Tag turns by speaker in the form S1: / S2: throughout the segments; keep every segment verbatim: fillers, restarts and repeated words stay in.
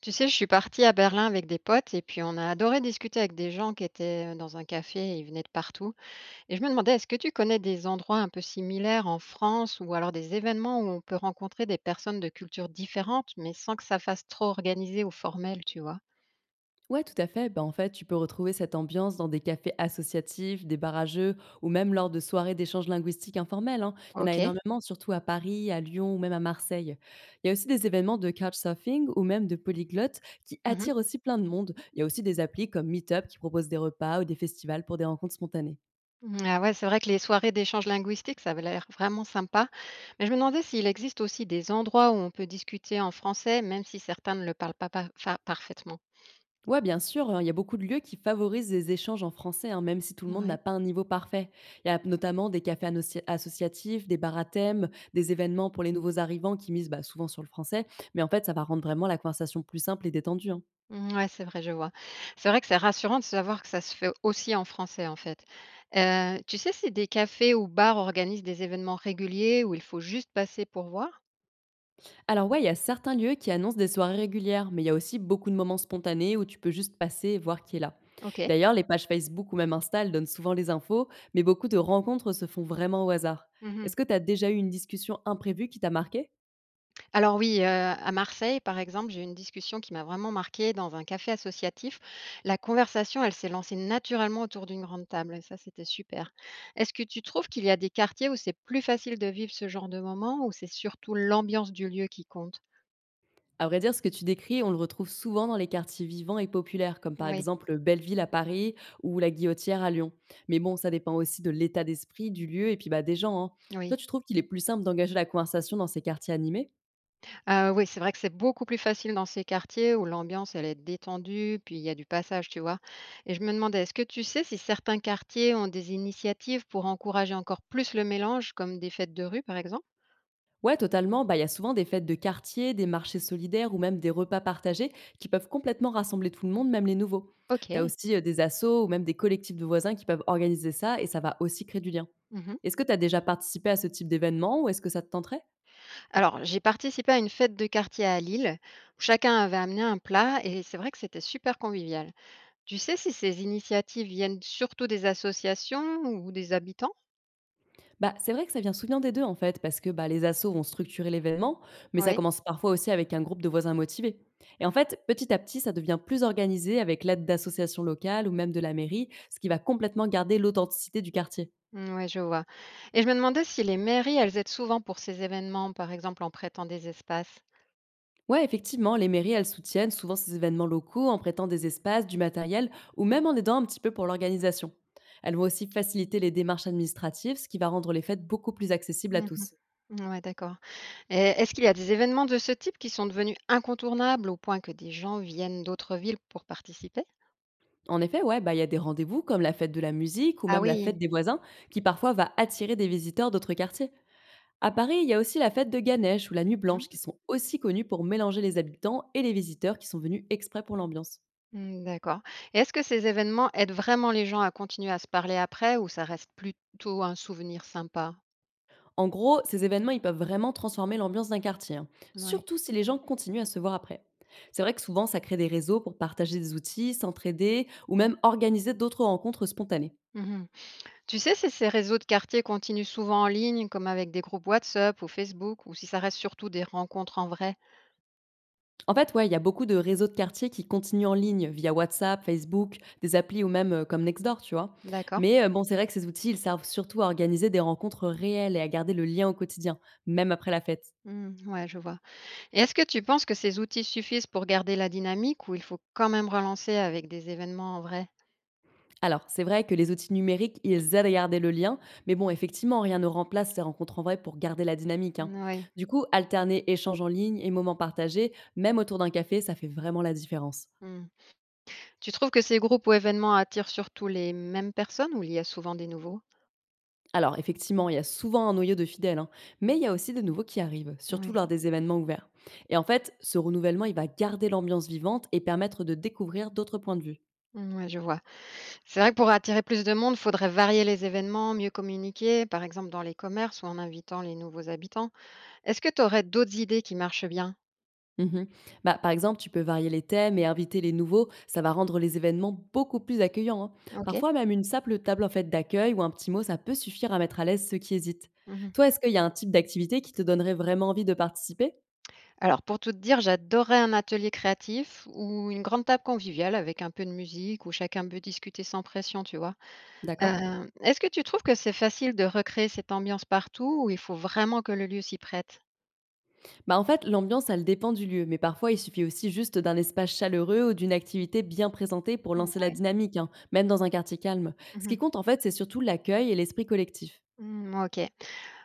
S1: Tu sais, je suis partie à Berlin avec des potes et puis on a adoré discuter avec des gens qui étaient euh, dans un café et ils venaient de partout. Et je me demandais, est-ce que tu connais des endroits un peu similaires en France ou alors des événements où on peut rencontrer des personnes de cultures différentes, mais sans que ça fasse trop organisé ou formel, tu vois?
S2: Ouais, tout à fait. Ben, en fait, tu peux retrouver cette ambiance dans des cafés associatifs, des bars à jeux, ou même lors de soirées d'échanges linguistiques informels, hein. Il y en a
S1: Ok.
S2: énormément, surtout à Paris, à Lyon ou même à Marseille. Il y a aussi des événements de couchsurfing ou même de polyglottes qui
S1: Mhm.
S2: attirent aussi plein de monde. Il y a aussi des applis comme Meetup qui proposent des repas ou des festivals pour des rencontres spontanées.
S1: Ah ouais, c'est vrai que les soirées d'échange linguistique, ça avait l'air vraiment sympa. Mais je me demandais s'il existe aussi des endroits où on peut discuter en français, même si certains ne le parlent pas par- fa- parfaitement.
S2: Ouais, bien sûr, hein, il y a beaucoup de lieux qui favorisent les échanges en français, hein, même si tout le monde n'a
S1: Ouais.
S2: pas un niveau parfait. Il y a notamment des cafés annoci- associatifs, des bars à thème, des événements pour les nouveaux arrivants qui misent bah, souvent sur le français, mais en fait, ça va rendre vraiment la conversation plus simple et détendue, hein.
S1: Mmh, ouais, c'est vrai, je vois. C'est vrai que c'est rassurant de savoir que ça se fait aussi en français, en fait. Heu, tu sais si des cafés ou bars organisent des événements réguliers où il faut juste passer pour voir?
S2: Alors ouais, il y a certains lieux qui annoncent des soirées régulières, mais il y a aussi beaucoup de moments spontanés où tu peux juste passer et voir qui est là.
S1: OK.
S2: D'ailleurs, les pages Facebook ou même Insta elles donnent souvent les infos, mais beaucoup de rencontres se font vraiment au hasard.
S1: Mmh.
S2: Est-ce que tu as déjà eu une discussion imprévue qui t'a marqué?
S1: Alors oui, heu, à Marseille, par exemple, j'ai eu une discussion qui m'a vraiment marquée dans un café associatif. La conversation, elle s'est lancée naturellement autour d'une grande table et ça, c'était super. Est-ce que tu trouves qu'il y a des quartiers où c'est plus facile de vivre ce genre de moment ou c'est surtout l'ambiance du lieu qui compte?
S2: À vrai dire, ce que tu décris, on le retrouve souvent dans les quartiers vivants et populaires, comme par
S1: Oui,
S2: exemple Belleville à Paris ou la Guillotière à Lyon. Mais bon, ça dépend aussi de l'état d'esprit, du lieu et puis bah, des gens, hein. Toi,
S1: oui.
S2: tu trouves qu'il est plus simple d'engager la conversation dans ces quartiers animés?
S1: Heu, oui, c'est vrai que c'est beaucoup plus facile dans ces quartiers où l'ambiance, elle est détendue, puis il y a du passage, tu vois? Et je me demandais, est-ce que tu sais si certains quartiers ont des initiatives pour encourager encore plus le mélange, comme des fêtes de rue, par exemple?
S2: Ouais, totalement. Bah, il y a souvent des fêtes de quartier, des marchés solidaires ou même des repas partagés qui peuvent complètement rassembler tout le monde, même les nouveaux. Tu as
S1: Ok.
S2: aussi euh, des assos ou même des collectifs de voisins qui peuvent organiser ça et ça va aussi créer du lien.
S1: Mhm.
S2: Est-ce que tu as déjà participé à ce type d'événement ou est-ce que ça te tenterait?
S1: Alors, j'ai participé à une fête de quartier à Lille, où chacun avait amené un plat et c'est vrai que c'était super convivial. Tu sais si ces initiatives viennent surtout des associations ou des habitants?
S2: Bah, c'est vrai que ça vient souvent des deux en fait, parce que, bah, les assos vont structurer l'événement, mais ça
S1: Oui.
S2: commence parfois aussi avec un groupe de voisins motivés. Et en fait, petit à petit, ça devient plus organisé avec l'aide d'associations locales ou même de la mairie, ce qui va complètement garder l'authenticité du quartier.
S1: Mmh, ouais, je vois. Et je me demandais si les mairies, elles aident souvent pour ces événements, par exemple en prêtant des espaces?
S2: Ouais, effectivement, les mairies, elles soutiennent souvent ces événements locaux en prêtant des espaces, du matériel ou même en aidant un petit peu pour l'organisation. Elles vont aussi faciliter les démarches administratives, ce qui va rendre les fêtes beaucoup plus accessibles à
S1: Mmh.
S2: tous.
S1: Ouais, d'accord. Et est-ce qu'il y a des événements de ce type qui sont devenus incontournables au point que des gens viennent d'autres villes pour participer?
S2: En effet, ouais, bah, il y a des rendez-vous comme la fête de la musique ou
S1: Ah
S2: même la fête
S1: oui.
S2: des voisins qui parfois va attirer des visiteurs d'autres quartiers. À Paris, il y a aussi la fête de Ganesh ou la Nuit Blanche qui
S1: Mmh.
S2: sont aussi connues pour mélanger les habitants et les visiteurs qui sont venus exprès pour l'ambiance.
S1: Mmh, d'accord. Et est-ce que ces événements aident vraiment les gens à continuer à se parler après ou ça reste plutôt un souvenir sympa?
S2: En gros, ces événements, ils peuvent vraiment transformer l'ambiance d'un quartier, hein,
S1: Mouais.
S2: surtout si les gens continuent à se voir après. C'est vrai que souvent, ça crée des réseaux pour partager des outils, s'entraider ou même organiser d'autres rencontres spontanées.
S1: Mmh. Tu sais si ces réseaux de quartier continuent souvent en ligne, comme avec des groupes WhatsApp ou Facebook, ou si ça reste surtout des rencontres en vrai?
S2: En fait, ouais, il y a beaucoup de réseaux de quartier qui continuent en ligne via WhatsApp, Facebook, des applis ou même euh, comme Nextdoor, tu vois.
S1: D'accord.
S2: Mais euh, bon, c'est vrai que ces outils, ils servent surtout à organiser des rencontres réelles et à garder le lien au quotidien, même après la fête.
S1: Mmh, ouais, je vois. Et est-ce que tu penses que ces outils suffisent pour garder la dynamique ou il faut quand même relancer avec des événements en vrai?
S2: Alors, c'est vrai que les outils numériques, ils aident à garder le lien, mais bon, effectivement, rien ne remplace ces rencontres en vrai pour garder la dynamique, hein.
S1: Mmh, oui.
S2: Du coup, alterner échanges en ligne et moments partagés, même autour d'un café, ça fait vraiment la différence.
S1: Mmh. Tu trouves que ces groupes ou événements attirent surtout les mêmes personnes ou il y a souvent des nouveaux?
S2: Alors, effectivement, il y a souvent un noyau de fidèles, hein, mais il y a aussi des nouveaux qui arrivent, surtout lors
S1: Oui.
S2: des événements ouverts. Et en fait, ce renouvellement, il va garder l'ambiance vivante et permettre de découvrir d'autres points de vue.
S1: Mmh, ouais, je vois. C'est vrai que pour attirer plus de monde, il faudrait varier les événements, mieux communiquer, par exemple dans les commerces ou en invitant les nouveaux habitants. Est-ce que tu aurais d'autres idées qui marchent bien?
S2: Mhm. Bah, par exemple, tu peux varier les thèmes et inviter les nouveaux, ça va rendre les événements beaucoup plus accueillants, hein.
S1: OK.
S2: Parfois, même une simple table en fait d'accueil ou un petit mot, ça peut suffire à mettre à l'aise ceux qui hésitent.
S1: Mmh.
S2: Toi, est-ce qu'il y a un type d'activité qui te donnerait vraiment envie de participer?
S1: Alors pour tout te dire, j'adorais un atelier créatif ou une grande table conviviale avec un peu de musique où chacun peut discuter sans pression, tu vois?
S2: D'accord.
S1: Heu, est-ce que tu trouves que c'est facile de recréer cette ambiance partout ou il faut vraiment que le lieu s'y prête?
S2: Bah en fait, l'ambiance, elle dépend du lieu, mais parfois il suffit aussi juste d'un espace chaleureux ou d'une activité bien présentée pour
S1: Mmh,
S2: lancer la
S1: ouais.
S2: dynamique, hein, même dans un quartier calme.
S1: Mmh
S2: Ce qui
S1: mh.
S2: compte en fait, c'est surtout l'accueil et l'esprit collectif.
S1: Mmh, OK.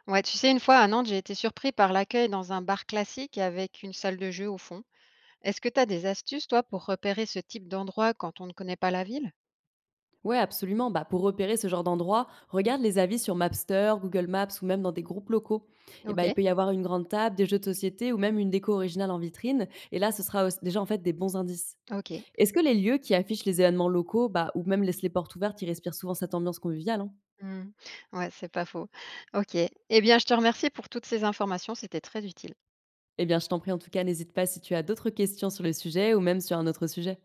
S1: Ouais, tu sais, une fois à Nantes, j'ai été surpris par l'accueil dans un bar classique avec une salle de jeu au fond. Est-ce que tu as des astuces, toi, pour repérer ce type d'endroit quand on ne connaît pas la ville?
S2: Ouais, absolument. Bah, pour repérer ce genre d'endroit, regarde les avis sur Mapster, Google Maps ou même dans des groupes locaux. Et bah, il
S1: OK,
S2: peut y avoir une grande table, des jeux de société ou même une déco originale en vitrine. Et là, ce sera aussi- déjà en fait des bons indices.
S1: OK.
S2: Est-ce que les lieux qui affichent les événements locaux, bah, ou même laissent les portes ouvertes, ils respirent souvent cette ambiance conviviale, hein?
S1: Mmh. Ouais, c'est pas faux. OK. Eh bien, je te remercie pour toutes ces informations, c'était très utile.
S2: Eh bien, je t'en prie, en tout cas, n'hésite pas si tu as d'autres questions sur le sujet ou même sur un autre sujet.